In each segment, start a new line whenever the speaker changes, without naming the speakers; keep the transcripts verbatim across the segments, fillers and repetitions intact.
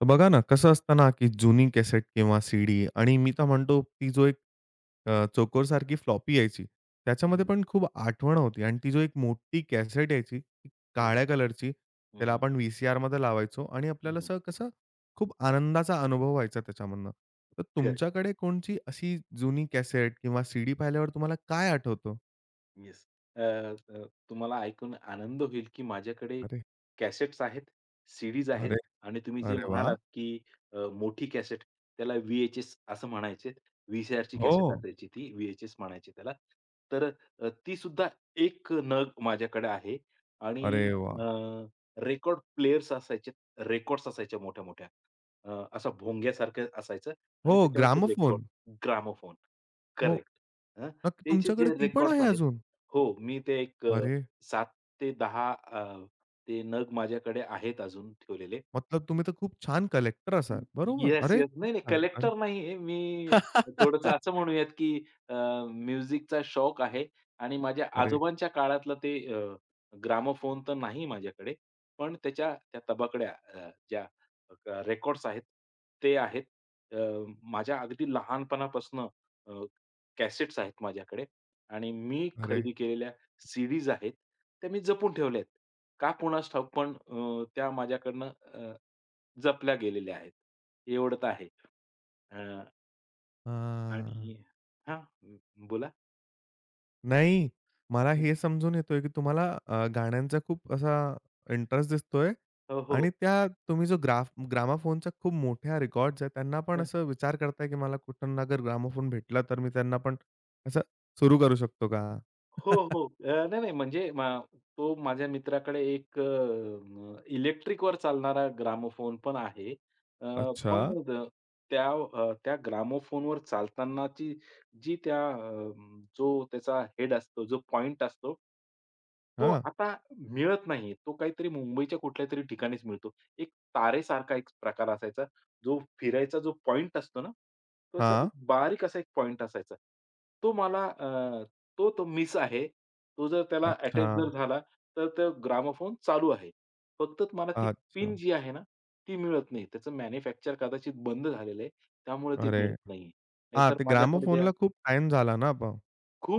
तर बघा ना, कसं असतं ना, की जुनी कॅसेट किंवा सीडी आणि मी तर म्हणतो ती जो एक अ, चोकोरसारखी फ्लॉपी यायची.
हं,
त्याच्यामध्ये
हं.
पण खूप आठवण होती आणि ती जो एक मोठी कॅसेट यायची, ती
हं, हं.
काळ्या कलरची. त्याला
हं,
आपण व्ही-सी-आरमध्ये लावायचो आणि आपल्याला असं कसं खूप आनंदाचा अनुभव व्हायचा त्याच्यामधनं. तर तुमच्याकडे कोणची अशी जुनी कॅसेट किंवा सीडी पाहिल्यावर तुम्हाला काय आठवतं?
येस. अ, अ, तुम्हाला ऐकून आनंद होईल, की माझ्याकडे
अरे,
कॅसेट्स आहेत, सीडीज आहेत
अरे,
आणि तुम्ही जे
अरे वाह!
म्हणालात, की अ, मोठी कॅसेट त्याला व्ही-एच-एस असं म्हणायचे. व्ही-सी-आरची कॅसेट
हो.
असायची ती, व्ही म्हणायचे त्याला. तर अ, ती सुद्धा एक नग माझ्याकडे आहे आणि
अरे
अ,
वाह!
रेकॉर्ड प्लेयर्स असायचे, रेकॉर्ड्स असायच्या मोठ्या-मोठ्या. अ, असा भोंग्यासारखं असायचं
हो,
आणि त्याच्यावरती रेकॉर्ड,
ग्रामोफोन.
ग्रामोफोन.
हो.
करेक्ट.
नक्की
त्याचे
तुमच्याकडे
जे
ती पण
रेकॉर्ड्स
आहे
आहेत
अजून?
हो, मी ते एक अ,
अरे
सात ते दहा अ, ते नग माझ्याकडे आहेत अजून ठेवलेले.
मतलब तुम्ही तर खूप छान कलेक्टर असाल.
हं,
बरोबर.
येस,
अरे,
येस.
खूप
नाही, नाही
छान. अरे
कलेक्टर नाहीये. मी थोडंसं असं म्हणूयात, की अ, म्युझिकचा शौक आहे आणि माझ्या
अरे,
आजोबांच्या काळातलं ते अ, ग्रामोफोन तर नाही माझ्याकडे. पण त्याच्या त्या तबकड्या अ, ज्या अ, रेकॉर्ड्स आहेत, ते आहेत. अ, माझ्या अगदी लहानपणापासनं अ, कॅसेट्स आहेत माझ्याकडे आणि मी
अरे!
खरेदी केलेल्या सीडीज आहेत. त्या मी जपून ठेवल्या आहेत. का कुणास ठाऊक पण अ, त्या माझ्याकडनं जपल्या गेलेल्या आहेत. एवढं तर आहे. अ,
हां.
आणि हां, बोला.
नाही, मला हे समजून येतोय, की तुम्हाला अ, गाण्यांचा खूप असा इंटरेस्ट दिसतोय
हो, हो.
आणि त्या तुम्ही जो ग्राफ ग्रामाफोनच्या खूप मोठ्या रेकॉर्ड्स आहेत, त्यांना पण असं विचार करताय, की मला कुठून अगर ग्रामोफोन भेटला, तर मी त्यांना पण असं सुरू करू शकतो का?
हो, हो. अ, नाही, नाही म्हणजे मा तो माझ्या मित्राकडे एक इलेक्ट्रिक वर चालणारा ग्रामोफोन पण आहे. अ,
अच्छा.
पण द त्या अ, त्या ग्रामोफोनवर चालतानाची जी त्या अ, म, जो त्याचा हेड असतो, जो पॉइंट असतो, तो
हां.
आता मिळत नाही. तो काहीतरी मुंबईच्या कुठल्यातरी ठिकाणीच मिळतो. एक तारेसारखा एक प्रकार असायचा. जो फिरायचा जो पॉइंट असतो ना, तो असा एक
हां.
बारीक असा एक पॉइंट असायचा. तो मला तो तो मिस आहे. तो जर त्याला
अच्छा.
अटॅच जर झाला, तर तो ग्रामोफोन चालू आहे. फक्त मला ती पिन
अच्छा.
जी आहे ना, ती मिळत नाही. त्याचं मॅन्युफॅक्चर कदाचित बंद झालेलं आहे. त्यामुळे ते
अरे!
मिळत नाहीये.
हां,
नाहीतर
ते
माझ्याकडे ज्या
ग्रामोफोनला खूप टाईम झाला ना, पण.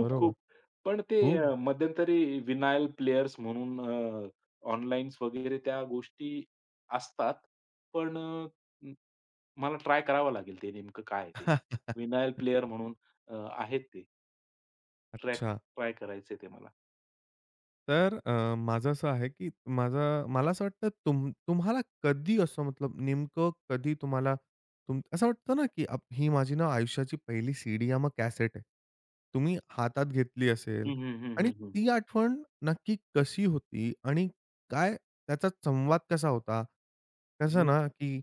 बरोबर.
पण ते
खूप?
अ, मध्यंतरी विनायल प्लेयर्स म्हणून अ, ऑनलाईन्स वगैरे त्या गोष्टी असतात. पण अ, म मला ट्राय करावं लागेल ते नेमकं काय आहे ते. विनायल प्लेयर म्हणून अ, आहेत ते. ट्रॅक
अच्छा.
ट्राय करायचंय ते मला.
तर अ, माझं असं आहे, की माझं मला असं वाटतं तुम तुम्हाला कधी असं मतलब नेमकं कधी तुम्हाला तुम असं वाटतं ना, की आप ही माझी ना आयुष्याची पहिली सीडी या मग कॅसेट आहे. तुम्ही हातात घेतली असेल
हं, हं, हं,
आणि
हं, हं.
ती आठवण नक्की कशी होती आणि काय त्याचा संवाद कसा होता? कसं
हं,
ना, की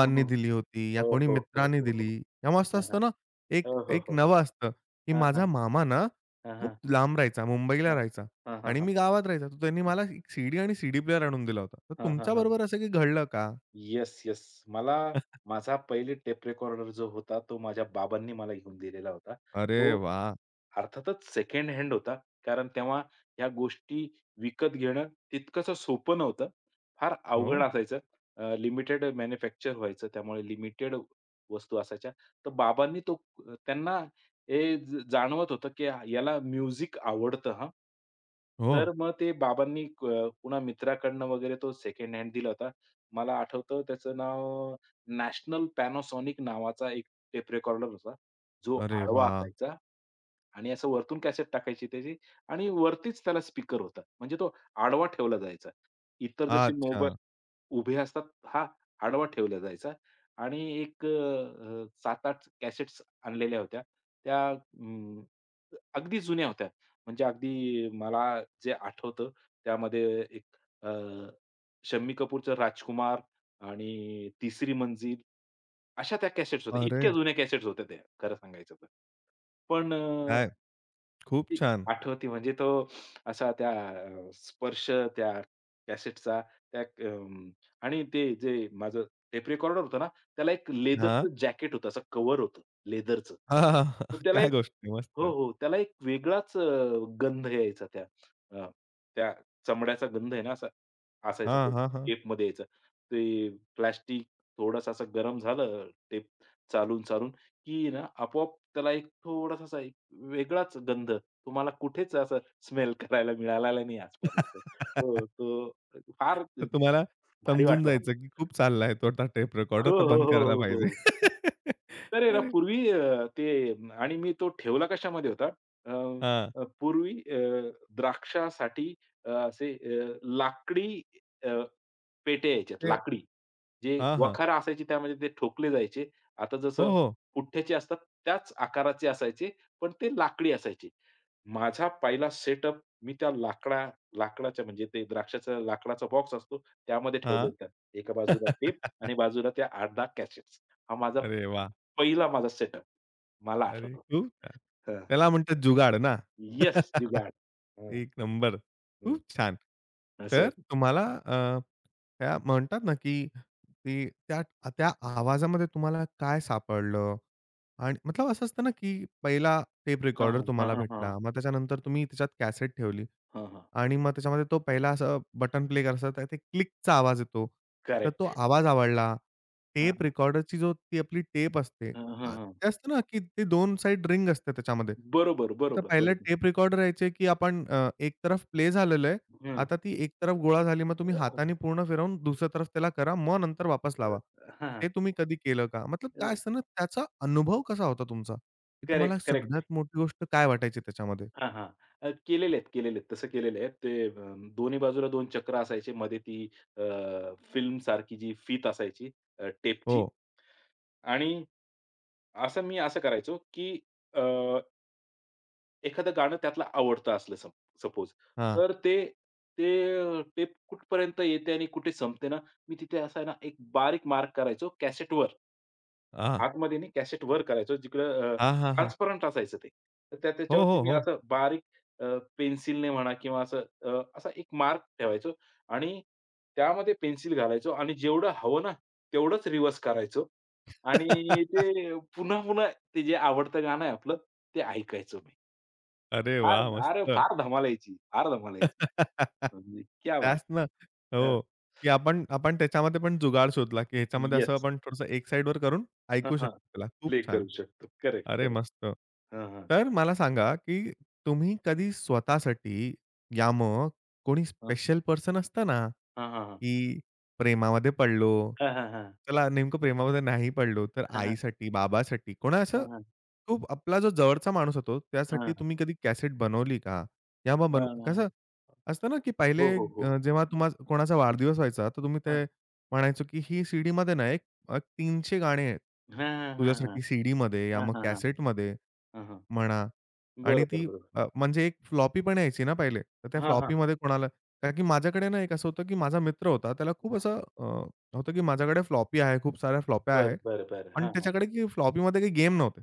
हो, हो.
दिली होती या
हो,
कोणी
हो, हो,
मित्रांनी
हो, हो.
दिली. तेव्हा असं
हां, हां.
असतं ना, एक
हो, हो,
एक
हो, हो.
नवं असतं, की
हां, हां.
माझा मामा ना
हां,
खूप
हां.
लांब राहायचा, मुंबईला
हां.
राहायचा.
हां, हां,
आणि
हां.
मी गावात राहायचा. तर त्यांनी मला एक सीडी आणि सीडी प्लेअर आणून दिला होता. तर
हां, हां, हां.
तुमच्याबरोबर असं काही घडलं का?
Yes, yes. मला माझा पहिले टेप रेकॉर्डर जो होता, तो माझ्या बाबांनी मला घेऊन दिलेला होता.
अरे
तो
वाह!
अर्थातच सेकंड हँड होता. कारण तेव्हा ह्या गोष्टी विकत घेणं तितकंसं सोपं नव्हतं. फार
हो,
अवघड असायचं. लिमिटेड मॅन्युफॅक्चर व्हायचं. त्यामुळे लिमिटेड वस्तू असायच्या. तर बाबांनी तो त्यांना हे ज जाणवत होतं, की याला म्युझिक आवडतं हां.
हो.
तर मग ते बाबांनी क पुन्हा मित्राकडनं वगैरे तो सेकंड हँड दिला होता. मला आठवतं त्याचं नाव नॅशनल पॅनासॉनिक नावाचा एक टेप रेकॉर्डर होता, जो
अरे
आडवा
वाह!
असायचा आणि असं वरतून कॅसेट टाकायची त्याची आणि वरतीच त्याला स्पीकर होता. म्हणजे तो आडवा ठेवला जायचा. इतर जसे
अच्छा.
मोबाईल उभे असतात, हा आडवा ठेवला जायचा आणि एक अ, सात आठ कॅसेट्स आणलेल्या होत्या. त्या अं, अगदी जुन्या होत्या. म्हणजे अगदी मला जे आठवतं त्यामध्ये एक शम्मी कपूरचं राजकुमार आणि तिसरी मंजिल अशा त्या कॅसेट्स होत्या.
अरे
इतक्या जुन्या कॅसेट्स होत्या त्या, खरं सांगायचं तर. पण अ,
काय? खूप
ती
छान.
आठवते म्हणजे तो असा त्या अ, स्पर्श त्या कॅसेटचा त्या अं, आणि ते जे माझं टेप रेकॉर्डर होतं ना, त्याला एक
हां.
लेदरचं जॅकेट होतं, असं कव्हर होतं लेदरचं. तर त्याला एक
काय गोष्टी
हो,
मस्त.
हो. त्याला एक वेगळाच अ, गंध यायचा त्या अ, त्या चमड्याचा गंध आहे ना असा असायचा तो
हां, हां, हां.
टेपमध्ये यायचा. ते प्लास्टिक थोडंसं असं गरम झालं टेप चालून-चालून, की ना आपोआप त्याला एक थोडासा वेगळाच गंध तुम्हाला कुठेच असं स्मेल करायला मिळालेला नाही आजपर्यंत. हो, तो फार
तर तुम्हाला
भारी
समजून
वाटलं मला.
जायचं, की खूप चाललाय तो आता टेप रेकॉर्डर
हो,
तर
हो,
बंद
हो,
करायला
हो,
पाहिजे.
हो. तर आहे ना
अरे
पूर्वी अ, ते आणि मी तो ठेवला कशामध्ये होता अ,
हां.
अ, पूर्वी अ, द्राक्षासाठी अ, असे अ, लाकडी पेट्या यायच्यात
ते
लाकडी. जे
हां, हां.
वखारा असायची त्यामध्ये ते ठोकले जायचे. आता
हो,
जसं
हो.
पुठ्ठ्याचे असतात त्याच आकाराचे असायचे, पण ते लाकडी असायचे. माझा पहिला सेटअप मी त्या लाकडा लाकडाच्या म्हणजे ते द्राक्षाचा लाकडाचा बॉक्स असतो त्यामध्ये ठेवले
हां.
होत्या. एका बाजूला टेप आणि बाजूला त्या आठ दहा कॅसेट्स. हा माझा
अरे वाह!
पहिला माझा सेटअप. मला
अरे
आठवतो.
खूप त्याला म्हणतात जुगाड ना?
येस, जुगाड. हं,
एक नंबर.
हं.
खूप छान.
असं
तर
होतं.
तुम्हाला अ, त्या म्हणतात ना, की ती त्या त्या आवाजामध्ये तुम्हाला काय सापडलं? आणि मतलब असं असतं ना, की पहिला टेप
हां.
रेकॉर्डर
हां,
तुम्हाला
हां, हां.
भेटला. मग त्याच्यानंतर तुम्ही त्याच्यात कॅसेट ठेवली
हां, हां.
आणि मग त्याच्यामध्ये तो पहिला असं बटन प्ले करायचं तर ते क्लिकचा आवाज येतो. तर
करेक्ट.
तो आवाज आवडला.
हां,
टेप
हां.
रेकॉर्डरची जो ती आपली टेप असते,
हां, हां,
आ
हां.
ते असतं ना, की ते दोन साइड रिंग असते त्याच्यामध्ये.
बरोबर,
तर
बरोबर,
पहिलं
बरोबर.
टेप रेकॉर्ड राहायचे, की आपण अ, एक तरफ प्ले झालेलं आहे.
हं.
आता ती एक तरफ गोळा झाली, मग
अ,
तुम्ही हाताने पूर्ण फिरवून दुसऱ्या तरफ त्याला करा, मग नंतर वापस लावा.
हां.
हे तुम्ही कधी केलं का? मतलब काय
अ,
असतं ना, त्याचा अनुभव कसा होता तुमचा? की
करेक्ट,
तुम्हाला
करेक्ट.
सगळ्यात मोठी गोष्ट काय वाटायची त्याच्यामध्ये?
हां, हां. अ, केलेले आहेत, केलेले आहेत. तसं केलेलं आहे. ते अ, दोन्ही बाजूला दोन चक्र असायचे. मध्ये ती अ, फिल्मसारखी जी फीत असायची
हो.
टेपची आणि असं मी असं करायचो, की अ, एखादं गाणं त्यातलं आवडतं असलं सपोज,
हां.
तर ते ते टेप कुठपर्यंत येते आणि कुठे संपते ना, मी तिथे असा आहे ना, एक बारीक मार्क करायचो कॅसेटवर.
हां.
आतमध्ये नाही कॅसेट वर करायचो जिकडं अ,
हां, हां, हां.
ट्रान्सपरंट असायचं ते. तर त्या
हो,
त्याच्यावरती
हो,
मी
हो.
असं बारीक अ, पेन्सिलने म्हणा किंवा असं अ, असा एक मार्क ठेवायचो आणि त्यामध्ये पेन्सिल घालायचो आणि जेवढं हवं ना, तेवढंच रिव्हर्स करायचो आणि ते पुन्हा-पुन्हा ते जे आवडतं गाणं आहे आपलं, ते ऐकायचो मी.
अरे वा
फार अरे,
मस्त.
फार धमाल यायची, फार धमाल यायची. म्हणजे क्या बात!
त्याच ना. हो, की आपण आपण त्याच्यामध्ये पण जुगाड शोधला, की ह्याच्यामध्ये असं
येस.
आपण थोडंसं एक साइडवर करून ऐकू शकतो त्याला. खूप
प्ले
छान.
करू शकतो. करेक्ट,
अरे
करेक्ट.
मस्त!
हां, हां.
तर मला सांगा, की तुम्ही कधी स्वतःसाठी या मग कोणी
हां,
स्पेशल पर्सन असतं ना,
हां, हां,
की प्रेमामध्ये पडलो.
हां, हां, हां.
चला नेमकं प्रेमामध्ये नाही पडलो, तर
हां, हां.
आईसाठी, बाबासाठी कोणा असं
हां, हां.
खूप आपला जो जवळचा माणूस होतो, त्यासाठी तुम्ही कधी कॅसेट बनवली का? या मग बनव
हां. हां.
कसं असतं ना, की
हो,
पहिले
हो, हो.
अ, जेव्हा तुम्हा कोणाचा वाढदिवस व्हायचा, तर तुम्ही
हां.
ते म्हणायचो, की ही सीडीमध्ये ना, एक अ, तीनशे गाणे आहेत.
हां, हां, हां, हां.
तुझ्यासाठी सीडीमध्ये या
हां,
मग
हां, हां.
कॅसेटमध्ये
हां, हां.
म्हणा आणि
बरोबर,
ती
बरोबर.
अ, म्हणजे एक फ्लॉपी पण यायची ना पहिले. तर त्या
हां, हां.
फ्लॉपीमध्ये कोणाला कारण की माझ्याकडे ना, एक असं होतं, की माझा मित्र होता. त्याला खूप असं अ, होतं, की माझ्याकडे फ्लॉपी आहे, खूप साऱ्या फ्लॉप्या
बरं,
आहे.
बरं, बरं.
आणि
हां, हां.
त्याच्याकडे की फ्लॉपीमध्ये काही गेम नव्हते.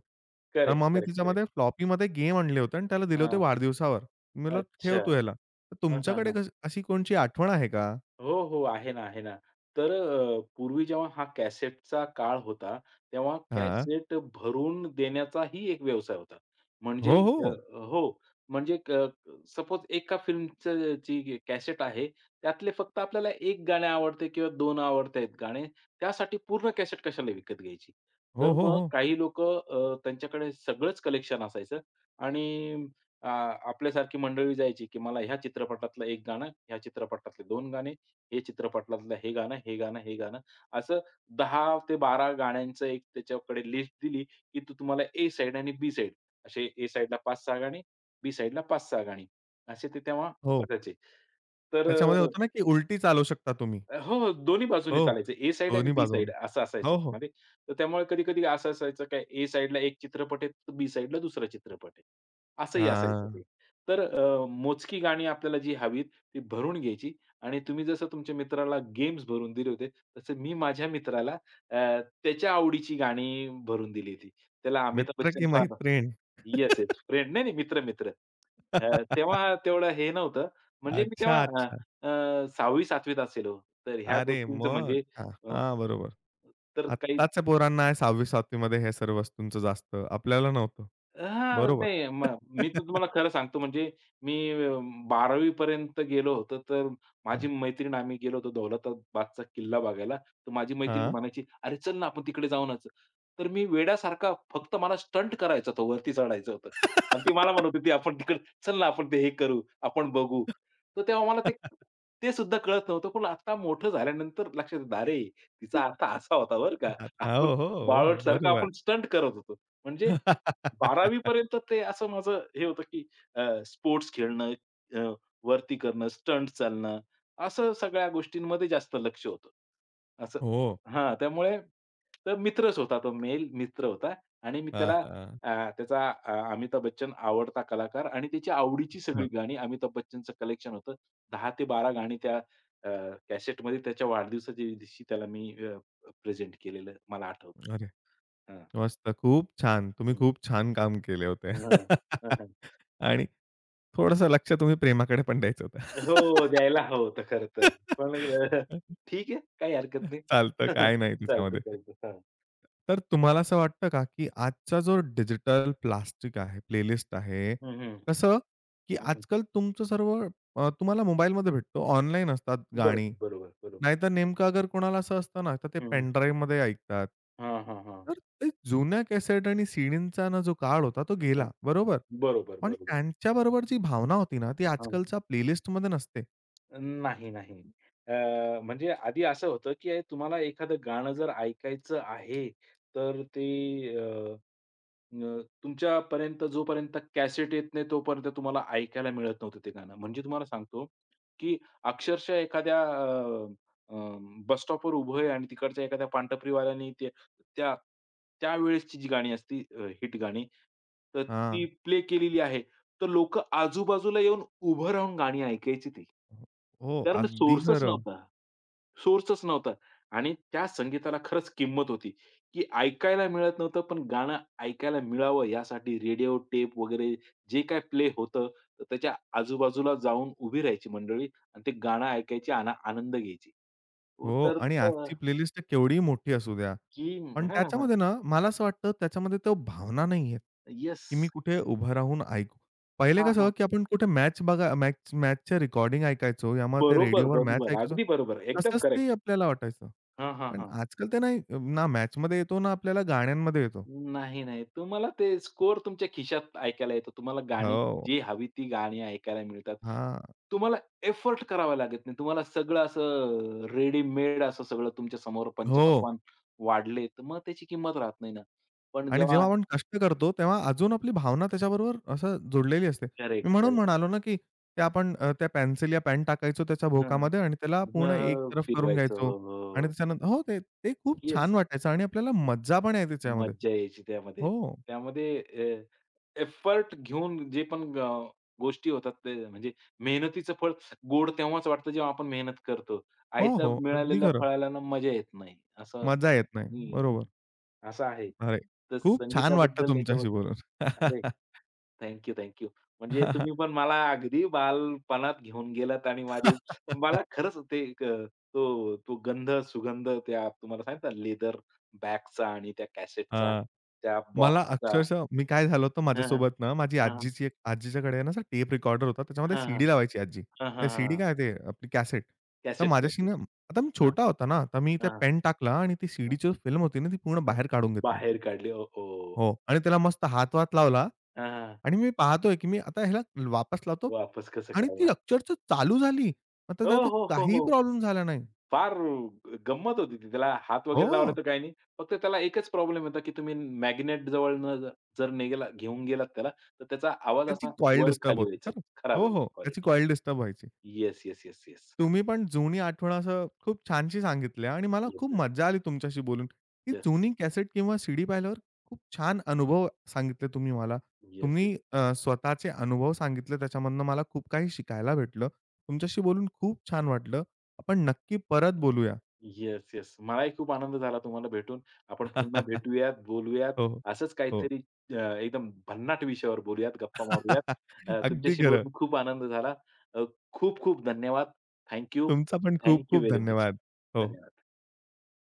तर
करेक्ट,
मग मी
करेक्ट, करेक्ट.
तिच्यामध्ये फ्लॉपीमध्ये गेम आणले होते आणि त्याला दिले होते
हां.
वाढदिवसावर. मी म्हटलं,
अच्छा.
"ठेव तू ह्याला." तर
हां, हां,
तुमच्याकडे
हां.
कसं अशी कोणची आठवण आहे का?
हो, हो. आहे ना, आहे ना. तर अ, पूर्वी जेव्हा हा कॅसेटचा काळ होता, तेव्हा
हां.
कॅसेट भरून देण्याचाही एक व्यवसाय होता. म्हणजे
हो,
अ,
हो.
हो, म्हणजे क सपोज एका फिल्मचं जी कॅसेट आहे, त्यातले फक्त आपल्याला एक गाणे आवडते किंवा दोन आवडतायेत गाणे, त्यासाठी पूर्ण कॅसेट कशाला विकत घ्यायची.
हो,
तर
हो,
मग
हो.
काही लोकं त्यांच्याकडे सगळंच कलेक्शन असायचं आणि अ, आपल्यासारखी मंडळी जायची, की मला ह्या चित्रपटातलं एक गाणं, ह्या चित्रपटातले दोन गाणे हे चित्रपटातलं हे गाणं, हे गाणं, हे गाणं असं दहा ते बारा गाण्यांचं एक त्याच्याकडे लिस्ट दिली, की तो तुम्हाला ए साइड आणि बी साइड असे ए साइडला पाच सहा गाणी, बी साइडला पाच सहा गाणी असे ते तेव्हा
हो.
बघायचे. तर
त्याच्यामध्ये
अ
होतं ना, की उलटी चालवू शकता तुम्ही.
हो, हो, दोन्ही बाजूनी
हो.
चालायचं. ए साइड आणि
दोन्ही
बी साइड
बाजून.
असं असायचं
हो, हो.
म्हणजे. तर त्यामुळे कधी-कधी असं असायचं काय ए साइडला एक चित्रपट आहे, तर बी साइडला दुसरा चित्रपट आहे. असंही हां. असायचं ते.
हां.
तर अ, मोजकी गाणी आपल्याला जी हवीत ती भरून घ्यायची आणि तुम्ही जसं तुमच्या मित्राला गेम्स भरून दिले होते, तसं मी माझ्या मित्राला अ, त्याच्या आवडीची गाणी भरून दिली होती. त्याला अमिताभ
मित्र
बच्चन
की
फार
मैत्रीण.
Yes, yes. फ्रेंड नाही, नाही मित्र, मित्र. अ, तेव्हा तेवढं हे नव्हतं. म्हणजे मी तेव्हा
अच्छा, अच्छा.
अ, सहावी सातवी त असेल हो. तर ह्या
अरे
गोष्टींचं
मग.
म्हणजे
हां,
अ,
हां. बरोबर.
तर काही
आत्ताच्या पोरांना आहे 6वी-7वी मध्ये हे सर्व वस्तूंचं जास्त. आपल्याला नव्हतं.
हां,
बरोबर.
नाही मग मी तर तुम्हाला खरं सांगतो म्हणजे मी अ, बारावी पर्यंत गेलो होतो, तर माझी
हां.
मैत्रीण आम्ही गेलो होतो दौलताबादचा किल्ला बघायला. तर माझी मैत्रीण
हां.
म्हणायची, "अरे चल ना आपण तिकडे जाऊन तर मी वेड्यासारखा फक्त मला स्टंट करायचं होतं, वरती चढायचं होतं आणि ती मला म्हणत होती, "आपण तिकडे चल ना आपण ते हे करू, आपण बघू." तर तेव्हा मला ते ते सुद्धा कळत नव्हतं. पण आता मोठं झाल्यानंतर लक्षात येतं, "अरे, तिचा अर्थ असा होता बरं का, आपण
हो, हो, हो.
बाळोटसारखं
बरोबर.
आपण स्टंट करत होतो." म्हणजे बारावी पर्यंत ते असं माझं हे होतं, की स्पोर्ट्स खेळणं, अ, वरती करणं, स्टंट चालणं, असं सगळ्या गोष्टींमध्ये जास्त लक्ष होतं. असं
हो.
हां, त्यामुळे तर मित्रच होता तो मेल मित्र होता आणि मी
हां,
त्याला
हां.
अ, त्याचा अ, अमिताभ बच्चन आवडता कलाकार आणि त्याची आवडीची
अच्छा.
सगळी गाणी अमिताभ बच्चनचं कलेक्शन होतं. दहा ते बारा गाणी त्या अ, कॅसेटमध्ये त्याच्या वाढदिवसाच्या दिवशी त्याला मी प्रेझेंट केलेलं मला आठवतं. हां.
मस्त. खूप छान. तुम्ही
हं,
खूप छान काम केले होते.
हं. हां.
आणि थोडंसं लक्ष तुम्ही प्रेमाकडे पण द्यायचं होतं.
हो, द्यायला हवं होतं खरं तर. पण अ, ठीक आहे, काही हरकत नाही.
चालतं. काय नाही
चालतं,
त्याच्यामध्ये.
चालतं. हां.
तर तुम्हाला असं वाटतं का, की आजचा जो डिजिटल प्लास्टिक आहे, प्लेलिस्ट आहे,
हं, हं.
कसं की
हं,
आजकाल तुमचं सर्व अ, तुम्हाला मोबाईलमध्ये भेटतो. ऑनलाईन असतात
बरोबर,
गाणी.
बरोबर, बरोबर.
नाहीतर नेमकं अगर कोणाला असं असतं ना, तर ते
हं, हं.
पेनड्राईव्हमध्ये ऐकतात.
हां, हां, हां.
तर ते जुन्या कॅसेट आणि सीडींचा ना जो काळ होता तो गेला, बरोबर.
बरोबर,
पण
बरोबर.
त्यांच्याबरोबर जी भावना होती ना, ती
हां.
आजकालच्या प्लेलिस्टमध्ये नसते.
नाही, नाही. अ, म्हणजे आधी असं होतं, की तुम्हाला एखादं गाणं जर ऐकायचं आहे, तर ते अ, अ, तुमच्यापर्यंत जोपर्यंत कॅसेट येत नाही, तोपर्यंत तुम्हाला ऐकायला मिळत नव्हतं ते गाणं. म्हणजे तुम्हाला सांगतो, की अक्षरशः एखाद्या बस स्टॉपवर उभं आहे आणि तिकडच्या एखाद्या पानटपरीवाल्याने ते त्या त्यावेळेसची जी गाणी असती अ, हिट गाणी, तर
हां.
ती प्ले केलेली आहे. तर लोक आजूबाजूला येऊन उभं राहून गाणी ऐकायची ती.
हो, हो.
कारण
अगदी
सोर्सच
खरं.
नव्हता. सोर्सच नव्हता आणि त्या संगीताला खरंच किंमत होती, की ऐकायला मिळत नव्हतं, पण गाणं ऐकायला मिळावं यासाठी रेडिओ, टेप वगैरे जे काही प्ले होतं, तर त्याच्या आजूबाजूला जाऊन उभी राहायची मंडळी आणि ते गाणं ऐकायची आणि आनंद घ्यायची. हो,
हो
तर
आणि
अ,
आजची प्लेलिस्ट केवढीही मोठी असू द्या.
की
पण
हां, हां.
त्याच्यामध्ये ना, मला असं वाटतं त्याच्यामध्ये तो भावना नाहीये, की मी
येस.
कुठे उभं राहून ऐकू. पहिले
हां,
कसं
हां.
की आपण कुठे मॅच बघा मॅच मॅचच्या रेकॉर्डिंग ऐकायचो, यामुळे ते
बरोबर,
रेडिओवर मॅच
बरोबर.
ऐकायचो.
अगदी बरोबर. एकदम
तसंच ते
करेक्ट.
आपल्याला वाटायचं.
हां, हां,
पण
हां.
आजकाल ते नाही ना मॅचमध्ये येतो ना आपल्याला गाण्यांमध्ये येतो.
नाही, नाही. तुम्हाला ते स्कोअर तुमच्या खिशात ऐकायला येतो. तुम्हाला गाणी
हो.
जी हवी ती गाणी ऐकायला मिळतात.
हां.
तुम्हाला एफर्ट करावा लागत नाही. तुम्हाला सगळं असं रेडीमेड असं सगळं तुमच्या समोर
हो.
पंचपक्वान्न वाढले, तर मग त्याची किंमत राहत नाही ना. पण
आणि
जेव्हा
जेव्हा आपण कष्ट करतो, तेव्हा अजून आपली भावना त्याच्याबरोबर असं जोडलेली असते. मी
करेक्ट,
म्हणून
करेक्ट.
म्हणालो ना, की ते आपण अ, त्या पेन्सिल या पेन टाकायचो त्याच्या भोकामध्ये आणि त्याला पूर्ण एकतरफ करून
फिरवायचं.
घ्यायचो
हो,
आणि
हो.
त्याच्यानंतर हो, ते ते खूप
येस.
छान वाटायचं आणि आपल्याला मज्जा पण यायची त्याच्यामध्ये.
मज्जा यायची त्यामध्ये.
हो.
त्यामध्ये एफर्ट घेऊन जे पण ग गोष्टी होतात ते म्हणजे मेहनतीचं फळ गोड तेव्हाच वाटतं जेव्हा आपण मेहनत करतो.
हो,
आयत्या
हो. अगदी
मिळालेल्या
खरं.
फळाला ना मजा येत नाही. असं
मजा येत नाही.
हं, हं.
बरोबर.
असं आहे.
अरे,
तर
खूप छान वाटतं
संगीताबद्दल
तुमच्याशी
याच्याबद्दल
बोलून.
अरे थँक यू, थँक यू. म्हणजे तुम्ही पण मला अगदी बालपणात घेऊन गेलात आणि माझे मला खरंच ते एक अ, तो तो गंध, सुगंध त्या तुम्हाला सांगितलं लेदर बॅगचा आणि त्या कॅसेटचा,
हां.
त्या
मला
बॉक्सचा.
अक्षरशः मी काय झालं होतं
हां, हां.
माझ्यासोबत ना, माझी
हां, हां.
आजीची एक आजीच्याकडे आहे ना असा टेप रेकॉर्डर होता. त्याच्यामध्ये
हां, हां.
सीडी लावायची आजी.
हां,
ते
हां,
सीडी
हां.
काय ते आपली कॅसेट. तर
कॅसेट्स,
माझ्याशी ना
कॅसेट्स.
आता मी छोटा होता ना, तर मी ते पेन टाकला आणि ती सीडीची फिल्म होती ना, ती पूर्ण बाहेर काढून घेतली.
बाहेर काढले. ओहो!
हो. आणि त्याला मस्त हात-वात लावला
हां, हां.
आणि मी पाहतोय, की मी आता ह्याला वापस लावतो
वापस कसं
आणि ती
कळणार?
अक्षरशः चालू झाली. आता
हो,
त्यात
हो, हो,
काहीही
हो.
प्रॉब्लेम झाला नाही.
फार गंमत होती ती. त्याला हात वगैरे लावला
हो.
तर काही नाही. फक्त त्याला एकच प्रॉब्लेम होता, की तुम्ही मॅग्नेट जवळ न ज जर नेला घेऊन गेलात त्याला, तर त्याचा आवाज
त्याची
असा
कॉइल डिस्टर्ब
वर-खाली
होते
व्हायचा.
खरंच.
खराब
हो, हो.
व्हायची
त्याची
क्वालिटी.
कॉइल डिस्टर्ब व्हायची.
Yes, yes, yes, yes.
तुम्ही पण जुनी आठवण असं खूप छानशी सांगितल्या आणि मला
येस,
खूप
येस.
मज्जा आली तुमच्याशी बोलून. ती
येस.
जुनी कॅसेट किंवा सीडी पाहिल्यावर खूप छान अनुभव सांगितले तुम्ही मला.
Yes, yes.
तुम्ही अ, स्वतःचे अनुभव सांगितले त्याच्यामधनं मला खूप काही शिकायला भेटलं. तुमच्याशी बोलून खूप छान वाटलं. आपण नक्की परत बोलूया.
येस, मलाही खूप आनंद झाला तुम्हाला भेटून. आपण पुन्हा भेटूयात, बोलूयात.
हो,
असंच
हो.
काहीतरी अ, एकदम भन्नाट विषयावर बोलूयात, गप्पा मारूयात. अ,
अगदी
तुमच्याशी
खरं.
बोलून खूप आनंद झाला. अ, खूप खूप धन्यवाद. Thank you.
तुमचा पण खूप खूप
व्हेरी मच.
धन्यवाद. हो.
धन्यवाद.